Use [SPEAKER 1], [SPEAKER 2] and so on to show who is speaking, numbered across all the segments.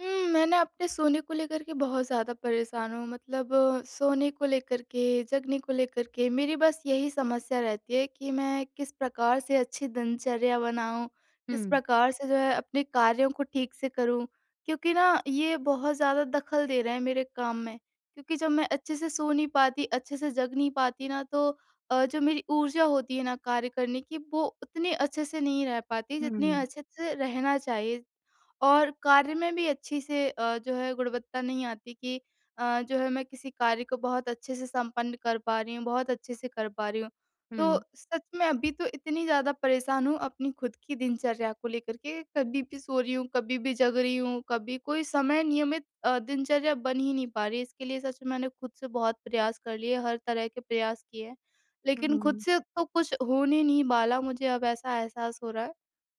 [SPEAKER 1] मैं ना अपने सोने को लेकर के बहुत ज़्यादा परेशान हूँ। मतलब सोने को लेकर के, जगने को लेकर के मेरी बस यही समस्या रहती है कि मैं किस प्रकार से अच्छी दिनचर्या बनाऊँ, किस
[SPEAKER 2] हुँ,
[SPEAKER 1] प्रकार से जो है अपने कार्यों को ठीक से करूँ। क्योंकि ना ये बहुत ज़्यादा दखल दे रहा है मेरे काम में। क्योंकि जब मैं अच्छे से सो नहीं पाती, अच्छे से जग नहीं पाती ना तो जो मेरी ऊर्जा होती है ना कार्य करने की वो उतनी अच्छे से नहीं रह पाती जितनी
[SPEAKER 2] हुँ,
[SPEAKER 1] अच्छे से रहना चाहिए। और कार्य में भी अच्छी से जो है गुणवत्ता नहीं आती कि जो है मैं किसी कार्य को बहुत अच्छे से संपन्न कर पा रही हूँ, बहुत अच्छे से कर पा रही हूँ। तो
[SPEAKER 2] हुँ,
[SPEAKER 1] सच में अभी तो इतनी ज़्यादा परेशान हूँ अपनी खुद की दिनचर्या को लेकर के, कभी भी सो रही हूँ, कभी भी जग रही हूँ, कभी कोई समय नियमित दिनचर्या बन ही नहीं पा रही है। इसके लिए सच में मैंने खुद से बहुत प्रयास कर लिए, हर तरह के प्रयास किए हैं, लेकिन खुद
[SPEAKER 2] हुँ,
[SPEAKER 1] से तो कुछ होने नहीं वाला, मुझे अब ऐसा एहसास हो रहा है।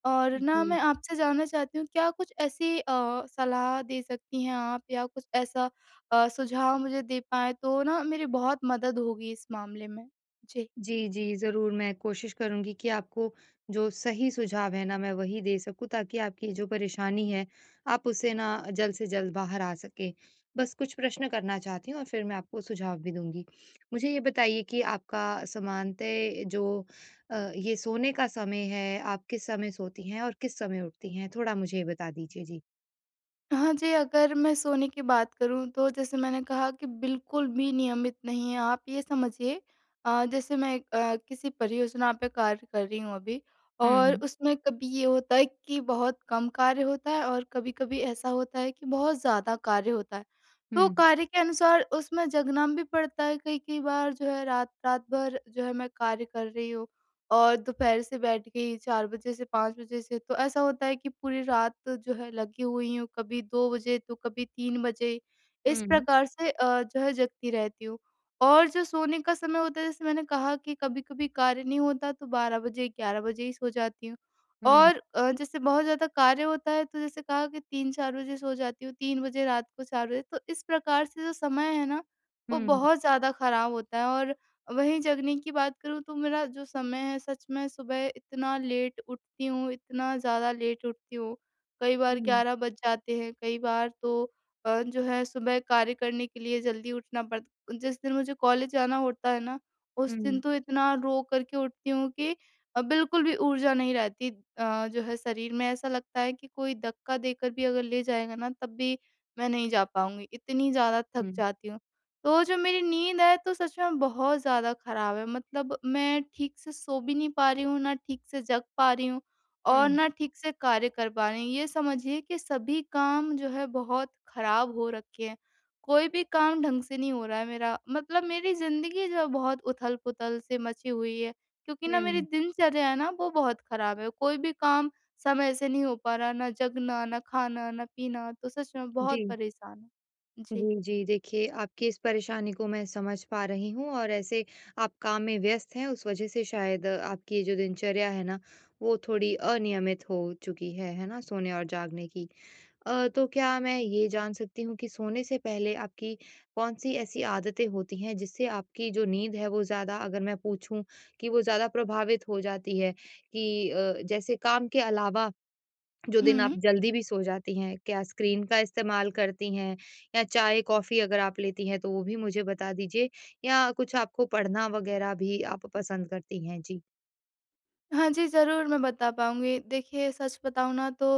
[SPEAKER 1] और ना मैं
[SPEAKER 2] जी।
[SPEAKER 1] आपसे जानना चाहती हूँ क्या कुछ ऐसी सलाह दे सकती हैं आप या कुछ ऐसा सुझाव मुझे दे पाएँ तो ना मेरी बहुत मदद होगी इस मामले में। जी।
[SPEAKER 2] जी, जी, ज़रूर मैं कोशिश करूँगी कि आपको जो सही सुझाव है ना, मैं वही दे सकूँ ताकि आपकी जो परेशानी है, आप उससे ना जल्द से जल्द बाहर आ सकें। बस कुछ प्रश्न करना चाहती हूँ और फिर मैं आपको सुझाव भी दूँगी। मुझे ये बताइए कि आपका सामान्यतः जो ये सोने का समय है, आप किस समय सोती हैं और किस समय उठती हैं? थोड़ा मुझे ये बता दीजिए। जी।
[SPEAKER 1] हाँ जी, अगर मैं सोने की बात करूँ तो जैसे मैंने कहा कि बिल्कुल भी नियमित नहीं है। आप ये समझिए जैसे मैं किसी परियोजना पे कार्य कर रही हूँ अभी और
[SPEAKER 2] हुँ,
[SPEAKER 1] उसमें कभी ये होता है कि बहुत कम कार्य होता है और कभी-कभी ऐसा होता है कि बहुत ज़्यादा कार्य होता है। तो
[SPEAKER 2] हुँ,
[SPEAKER 1] कार्य के अनुसार उसमें जगना भी पड़ता है, कई-कई बार जो है रात रात भर जो है मैं कार्य कर रही हूँ और दोपहर से बैठ गई 4 बजे से 5 बजे से, तो ऐसा होता है कि पूरी रात जो है लगी हुई हूँ, कभी 2 बजे तो कभी 3 बजे, इस
[SPEAKER 2] हुँ,
[SPEAKER 1] प्रकार से जो है जगती रहती हूँ। और जो सोने का समय होता है जैसे मैंने कहा कि कभी-कभी कार्य नहीं होता तो 12 बजे, 11 बजे ही सो जाती हूँ।
[SPEAKER 2] हुँ,
[SPEAKER 1] और जैसे बहुत ज़्यादा कार्य होता है तो जैसे कहा कि 3-4 बजे सो जाती हूँ, 3 बजे रात को 4 बजे, तो इस प्रकार से जो समय है ना, वो
[SPEAKER 2] हुँ,
[SPEAKER 1] बहुत ज़्यादा खराब होता है और वहीं जगने की बात करूँ तो मेरा जो समय है सच में सुबह इतना लेट उठती हूँ, इतना ज़्यादा लेट उठती हूँ। कई बार
[SPEAKER 2] हुँ,
[SPEAKER 1] 11 बज जाते हैं, कई बार तो जो है सुबह कार्य करने के लिए जल्दी उठना पड़ जिस दिन मुझे कॉलेज जाना होता है ना, उस दिन
[SPEAKER 2] हुँ,
[SPEAKER 1] तो इतना रो करके उठती हूँ कि बिल्कुल भी ऊर्जा नहीं रहती जो है शरीर में। ऐसा लगता है कि कोई धक्का देकर भी अगर ले जाएगा ना तब भी मैं नहीं जा पाऊँगी, इतनी ज़्यादा थक
[SPEAKER 2] हुँ।
[SPEAKER 1] जाती हूँ। तो जो मेरी नींद है तो सच में बहुत ज़्यादा ख़राब है मतलब मैं ठीक से सो भी नहीं पा रही हूँ, ना ठीक से जग पा रही हूँ और
[SPEAKER 2] हुँ,
[SPEAKER 1] ना ठीक से कार्य कर पा रही हूँ। ये समझिए कि सभी काम जो है बहुत ख़राब हो रखे हैं। कोई भी काम ढंग से नहीं हो रहा है मेरा मतलब मेरी ज़िंदगी जो है बहुत उथल-पुथल से मची हुई है क्योंकि ना मेरी
[SPEAKER 2] हुँ।
[SPEAKER 1] दिनचर्या है ना वो बहुत ख़राब है। कोई भी काम समय से नहीं हो पा रहा, ना जगना, ना खाना, ना पीना तो सच में बहुत
[SPEAKER 2] जी,
[SPEAKER 1] परेशान हूँ। जी।
[SPEAKER 2] जी, जी। देखिए, आपकी इस परेशानी को मैं समझ पा रही हूँ और ऐसे आप काम में व्यस्त हैं, उस वजह से शायद आपकी ये जो दिनचर्या है ना, वो थोड़ी अनियमित हो चुकी है ना? सोने और जागने की। तो क्या मैं ये जान सकती हूँ कि सोने से पहले आपकी कौन-सी ऐसी आदतें होती हैं, जिससे आपकी जो नींद है, वो ज़्यादा अगर मैं पूछूँ कि वो ज़्यादा प्रभावित हो जाती है? कि जैसे काम के अलावा जो दिन आप
[SPEAKER 1] हुँ।
[SPEAKER 2] जल्दी भी सो जाती हैं, क्या स्क्रीन का इस्तेमाल करती हैं या चाय-कॉफ़ी अगर आप लेती हैं तो वो भी मुझे बता दीजिए या कुछ आपको पढ़ना वग़ैरह भी आप पसंद करती हैं? जी।
[SPEAKER 1] हाँ जी, ज़रूर मैं बता पाऊँगी। देखिए सच बताऊँ ना तो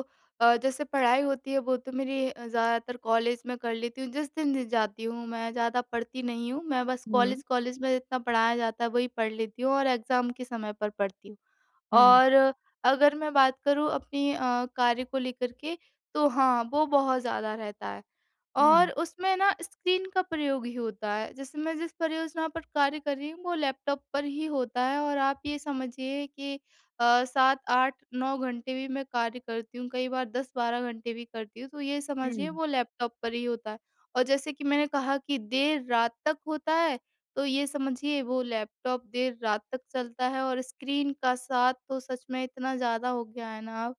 [SPEAKER 1] जैसे पढ़ाई होती है वो तो मेरी ज़्यादातर कॉलेज में कर लेती हूँ जिस दिन भी जाती हूँ मैं ज़्यादा पढ़ती नहीं हूँ। मैं बस
[SPEAKER 2] हुँ,
[SPEAKER 1] कॉलेज कॉलेज में जितना पढ़ाया जाता है वही पढ़ लेती हूँ और एग्ज़ाम के समय पर पढ़ती हूँ।
[SPEAKER 2] हुँ,
[SPEAKER 1] और अगर मैं बात करूँ अपनी कार्य को लेकर के तो हाँ, वो बहुत ज़्यादा रहता है। और
[SPEAKER 2] हुँ,
[SPEAKER 1] उसमें ना स्क्रीन का प्रयोग ही होता है। जैसे मैं जिस परियोजना पर कार्य कर रही हूँ वो लैपटॉप पर ही होता है और आप ये समझिए कि 7, 8, 9 घंटे भी मैं कार्य करती हूँ, कई बार 10, 12 घंटे भी करती हूँ, तो ये समझिए
[SPEAKER 2] हुँ,
[SPEAKER 1] वो लैपटॉप पर ही होता है। और जैसे कि मैंने कहा कि देर रात तक होता है तो ये समझिए वो लैपटॉप देर रात तक चलता है और स्क्रीन का साथ तो सच में इतना ज़्यादा हो गया है ना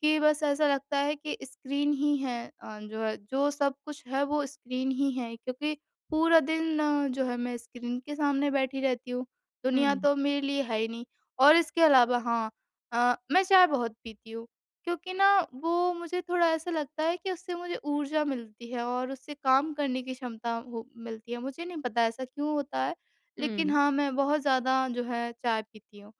[SPEAKER 1] कि बस ऐसा लगता है कि स्क्रीन ही है जो है जो सब कुछ है वो स्क्रीन ही है क्योंकि पूरा दिन जो है मैं स्क्रीन के सामने बैठी रहती हूँ। दुनिया
[SPEAKER 2] हुँ,
[SPEAKER 1] तो मेरे लिए है ही नहीं और इसके अलावा हाँ मैं चाय बहुत पीती हूँ क्योंकि ना वो मुझे थोड़ा ऐसा लगता है कि उससे मुझे ऊर्जा मिलती है और उससे काम करने की क्षमता हो मिलती है। मुझे नहीं पता ऐसा क्यों होता है, लेकिन
[SPEAKER 2] हुँ,
[SPEAKER 1] हाँ, मैं बहुत ज़्यादा जो है चाय पीती हूँ।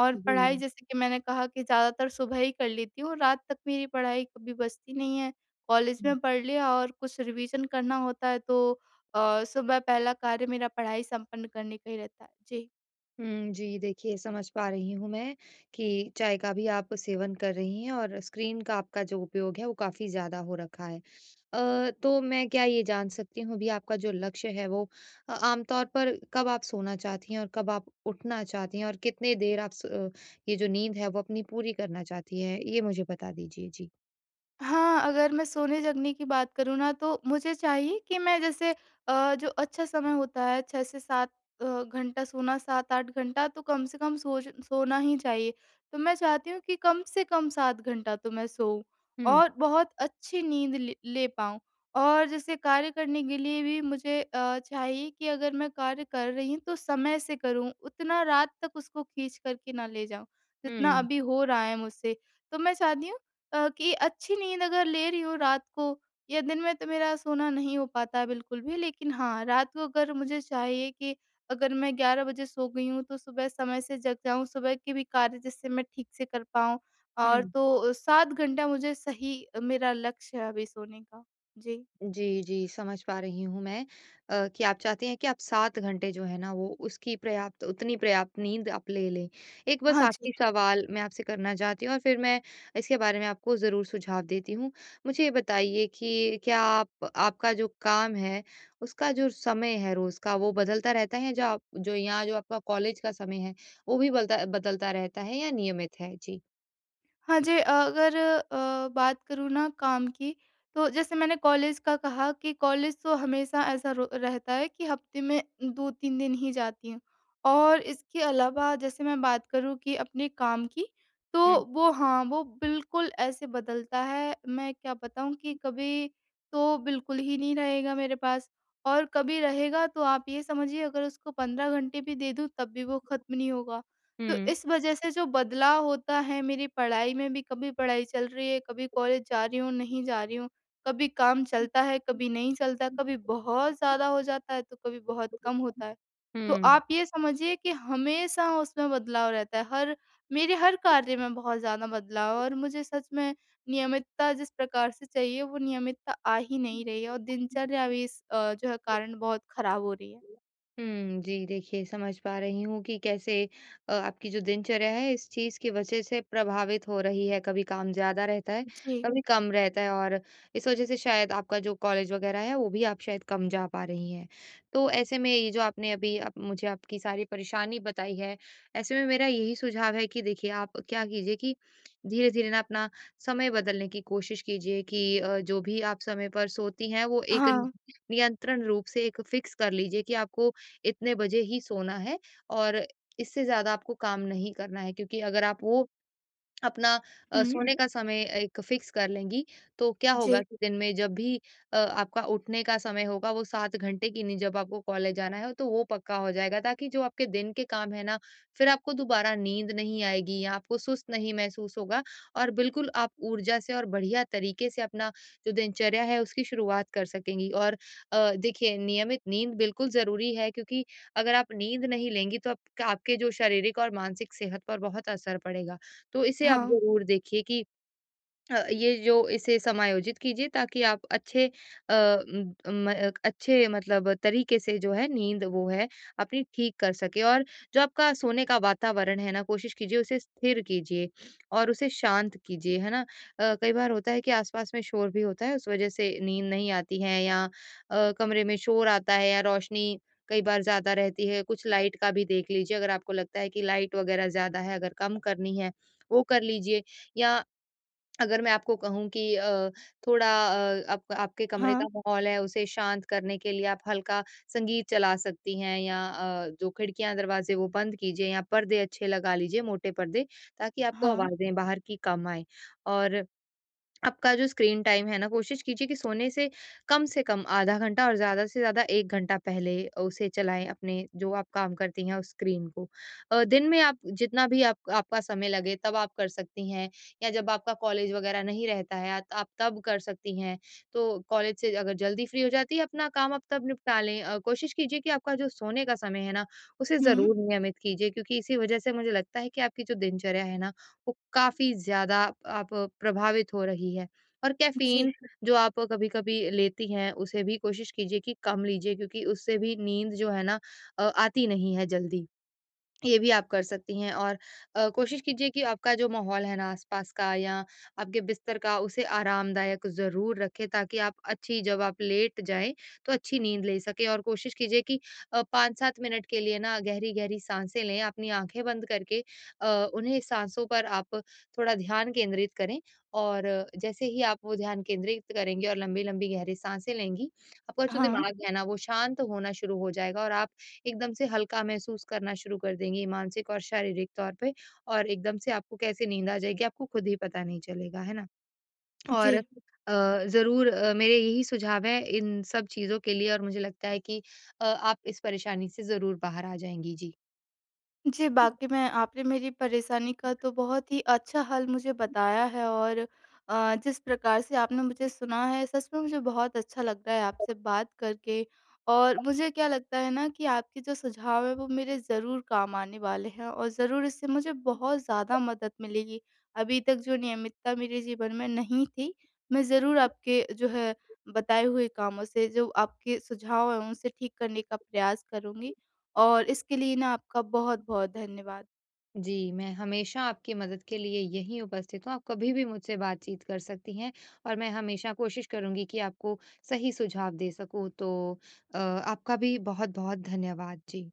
[SPEAKER 1] और पढ़ाई
[SPEAKER 2] जी।
[SPEAKER 1] जैसे कि मैंने कहा कि ज़्यादातर सुबह ही कर लेती हूँ, रात तक मेरी पढ़ाई कभी बचती नहीं है। कॉलेज
[SPEAKER 2] हुँ,
[SPEAKER 1] में पढ़ लिया और कुछ रिवीज़न करना होता है तो सुबह पहला कार्य मेरा पढ़ाई संपन्न करने का ही रहता है। जी।
[SPEAKER 2] हुँ, जी, देखिए समझ पा रही हूँ मैं कि चाय का भी आप सेवन कर रही हैं और स्क्रीन का आपका जो उपयोग है वो काफ़ी ज़्यादा हो रखा है। तो मैं क्या ये जान सकती हूँ भी आपका जो लक्ष्य है वो आमतौर पर कब आप सोना चाहती हैं और कब आप उठना चाहती हैं और कितने देर आप ये जो नींद है वो अपनी पूरी करना चाहती हैं, ये मुझे बता दीजिए। जी।
[SPEAKER 1] हाँ, अगर मैं सोने-जगने की बात करूँ ना तो मुझे चाहिए कि मैं जैसे जो अच्छा समय होता है 6 से 7 घंटा सोना 7-8 घंटा तो कम से कम सोच सोना ही चाहिए। तो मैं चाहती हूँ कि कम से कम 7 घंटा तो मैं सोऊँ
[SPEAKER 2] हम्म,
[SPEAKER 1] और बहुत अच्छी नींद ले ले पाऊँ। और जैसे कार्य करने के लिए भी मुझे चाहिए कि अगर मैं कार्य कर रही हूँ तो समय से करूँ, उतना रात तक उसको खींच कर के ना ले जाऊँ, जितना
[SPEAKER 2] हम्म,
[SPEAKER 1] अभी हो रहा है मुझसे। तो मैं चाहती हूँ कि अच्छी नींद अगर ले रही हूँ रात को या दिन में तो मेरा सोना नहीं हो पाता है बिल्कुल भी लेकिन हाँ, रात को अगर मुझे चाहिए कि अगर मैं 11 बजे सो गई हूँ तो सुबह समय से जग जाऊँ, सुबह के भी कार्य जिससे मैं ठीक से कर पाऊँ और
[SPEAKER 2] हम्म।
[SPEAKER 1] तो 7 घंटा मुझे सही मेरा लक्ष्य है अभी सोने का। जी।
[SPEAKER 2] जी, जी, समझ पा रही हूँ मैं कि आप चाहते हैं कि आप 7 घंटे जो है ना, वो उसकी पर्याप्त, उतनी पर्याप्त नींद आप ले लें। एक बस
[SPEAKER 1] हाँ जी।
[SPEAKER 2] आखिरी सवाल मैं आपसे करना चाहती हूँ और फिर मैं इसके बारे में आपको ज़रूर सुझाव देती हूँ। मुझे ये बताइए कि क्या आप, आपका जो काम है, उसका जो समय है रोज़ का, वो बदलता रहता है? जो आप, जो यहाँ जो आपका कॉलेज का समय है, वो भी बलता बदलता रहता है या नियमित है? जी।
[SPEAKER 1] हाँ जी, अगर बात करूँ ना काम की, तो जैसे मैंने कॉलेज का कहा कि कॉलेज तो हमेशा ऐसा रो रहता है कि हफ्ते में 2-3 दिन ही जाती हूँ। और इसके अलावा जैसे मैं बात करूँ कि अपने काम की,
[SPEAKER 2] हुँ।
[SPEAKER 1] तो वो हाँ, वो बिल्कुल ऐसे बदलता है, मैं क्या बताऊँ कि कभी तो बिल्कुल ही नहीं रहेगा मेरे पास और कभी रहेगा तो आप ये समझिए अगर उसको 15 घंटे भी दे दूँ तब भी वो ख़त्म नहीं होगा। तो
[SPEAKER 2] हुँ,
[SPEAKER 1] इस वजह से जो बदलाव होता है मेरी पढ़ाई में भी कभी पढ़ाई चल रही है, कभी कॉलेज जा रही हूँ, नहीं जा रही हूँ, कभी काम चलता है, कभी नहीं चलता, कभी बहुत ज़्यादा हो जाता है तो कभी बहुत कम होता है। तो
[SPEAKER 2] हुँ।
[SPEAKER 1] आप ये समझिए कि हमेशा उसमें बदलाव रहता है, हर मेरे हर कार्य में बहुत ज़्यादा बदलाव है और मुझे सच में नियमितता जिस प्रकार से चाहिए वो नियमितता आ ही नहीं रही है और दिनचर्या भी इस जो है कारण बहुत खराब हो रही है।
[SPEAKER 2] हुँ, जी, देखिए समझ पा रही हूँ कि कैसे आपकी जो दिनचर्या है, इस चीज़ की वजह से प्रभावित हो रही है, कभी काम ज़्यादा रहता है,
[SPEAKER 1] जी।
[SPEAKER 2] कभी कम रहता है और इस वजह से शायद आपका जो कॉलेज वगैरह है, वो भी आप शायद कम जा पा रही हैं। तो ऐसे में ये जो आपने अभी आप मुझे आपकी सारी परेशानी बताई है, ऐसे में मेरा यही सुझाव है कि देखिए आप क्या कीजिए कि धीरे-धीरे ना अपना समय बदलने की कोशिश कीजिए कि जो भी आप समय पर सोती हैं, वो एक
[SPEAKER 1] हाँ।
[SPEAKER 2] नियंत्रण रूप से एक फिक्स कर लीजिए कि आपको इतने बजे ही सोना है और इससे ज़्यादा आपको काम नहीं करना है, क्योंकि अगर आप वो अपना
[SPEAKER 1] हुँ,
[SPEAKER 2] सोने का समय एक फिक्स कर लेंगी, तो क्या होगा
[SPEAKER 1] जी।
[SPEAKER 2] कि दिन में जब भी आपका उठने का समय होगा, वो 7 घंटे की नहीं, जब आपको कॉलेज जाना है तो वो पक्का हो जाएगा, ताकि जो आपके दिन के काम है ना, फिर आपको दोबारा नींद नहीं आएगी या आपको सुस्त नहीं महसूस होगा और बिल्कुल आप ऊर्जा से और बढ़िया तरीके से अपना जो दिनचर्या है, उसकी शुरुआत कर सकेंगी। और देखिए, नियमित नींद बिल्कुल ज़रूरी है, क्योंकि अगर आप नींद नहीं लेंगी तो आप, आपके जो शारीरिक और मानसिक सेहत पर बहुत असर पड़ेगा। तो इसे आप
[SPEAKER 1] हाँ,
[SPEAKER 2] ज़रूर देखिए कि ये जो, इसे समायोजित कीजिए ताकि आप अच्छे अ, उम, म अच्छे मतलब तरीके से जो है नींद, वो है अपनी ठीक कर सकें और जो आपका सोने का वातावरण है ना, कोशिश कीजिए उसे स्थिर कीजिए और उसे शांत कीजिए, है ना? कई बार होता है कि आस-पास में शोर भी होता है, उस वजह से नींद नहीं आती है या कमरे में शोर आता है या रोशनी कई बार ज़्यादा रहती है, कुछ लाइट का भी देख लीजिए, अगर आपको लगता है कि लाइट वगैरह ज़्यादा है, अगर कम करनी है, वो कर लीजिए, या अगर मैं आपको कहूँ कि थोड़ा आप, आपके कमरे
[SPEAKER 1] हाँ।
[SPEAKER 2] का माहौल है, उसे शांत करने के लिए आप हल्का संगीत चला सकती हैं या जो खिड़कियाँ दरवाजे, वो बंद कीजिए या पर्दे अच्छे लगा लीजिए, मोटे पर्दे, ताकि आपको
[SPEAKER 1] हाँ,
[SPEAKER 2] आवाज़ें बाहर की कम आए। और आपका जो स्क्रीन टाइम है ना, कोशिश कीजिए कि सोने से कम आधा घंटा और ज़्यादा से ज़्यादा 1 घंटा पहले उसे चलाएँ, अपने जो आप काम करती हैं, उस स्क्रीन को। दिन में आप जितना भी आप, आपका समय लगे तब आप कर सकती हैं या जब आपका कॉलेज वग़ैरह नहीं रहता है त आप तब कर सकती हैं। तो कॉलेज से अगर जल्दी फ्री हो जाती है, अपना काम आप तब निपटा लें। कोशिश कीजिए कि आपका जो सोने का समय है ना, उसे
[SPEAKER 1] हुँ,
[SPEAKER 2] ज़रूर नियमित कीजिए, क्योंकि इसी वज़ह से मुझे लगता है कि आपकी जो दिनचर्या है ना, वो काफ़ी ज़्यादा आप प्रभावित हो रही है। और
[SPEAKER 1] जी,
[SPEAKER 2] कैफ़ीन जो आप कभी-कभी लेती हैं, उसे भी कोशिश कीजिए कि कम लीजिए, क्योंकि उससे भी नींद जो है ना, आती नहीं है जल्दी। ये भी आप कर सकती हैं और कोशिश कीजिए कि आपका जो माहौल है ना आसपास का, या आपके बिस्तर का, उसे आरामदायक ज़रूर रखें, ताकि आप अच्छी, जब आप लेट जाएं तो अच्छी नींद ले सकें और कोशिश कीजिए कि 5-7 मिनट के लिए ना गहरी-गहरी सांसें लें, अपनी आंखें बंद करके, अ, उन्हें सांसों पर आप थोड़ा ध्यान केंद्रित करें और जैसे ही आप वो ध्यान केंद्रित करेंगे और लंबी-लंबी गहरी सांसें लेंगी, आपका जो
[SPEAKER 1] हाँ,
[SPEAKER 2] दिमाग है ना, वो शांत होना शुरू हो जाएगा और आप एकदम से हल्का महसूस करना शुरू कर देंगी, मानसिक और शारीरिक तौर पे और एकदम से आपको कैसे नींद आ जाएगी, आपको खुद ही पता नहीं चलेगा, है ना? और
[SPEAKER 1] जी।
[SPEAKER 2] ज़रूर, मेरे यही सुझाव हैं इन सब चीज़ों के लिए और मुझे लगता है कि आप इस परेशानी से ज़रूर बाहर आ जाएँगी। जी।
[SPEAKER 1] जी, वाक़ई में आपने मेरी परेशानी का तो बहुत ही अच्छा हल मुझे बताया है और जिस प्रकार से आपने मुझे सुना है सच में मुझे बहुत अच्छा लग रहा है आपसे बात करके। और मुझे क्या लगता है ना कि आपके जो सुझाव हैं वो मेरे ज़रूर काम आने वाले हैं और ज़रूर इससे मुझे बहुत ज़्यादा मदद मिलेगी। अभी तक जो नियमितता मेरे जीवन में नहीं थी, मैं ज़रूर आपके जो है बताए हुए कामों से जो आपके सुझाव हैं उनसे ठीक करने का प्रयास करूँगी। और इसके लिए ना आपका बहुत-बहुत धन्यवाद।
[SPEAKER 2] जी, मैं हमेशा आपकी मदद के लिए यहीं उपस्थित हूँ, आप कभी भी मुझसे बातचीत कर सकती हैं और मैं हमेशा कोशिश करूँगी कि आपको सही सुझाव दे सकूँ। तो आपका भी बहुत-बहुत धन्यवाद। जी।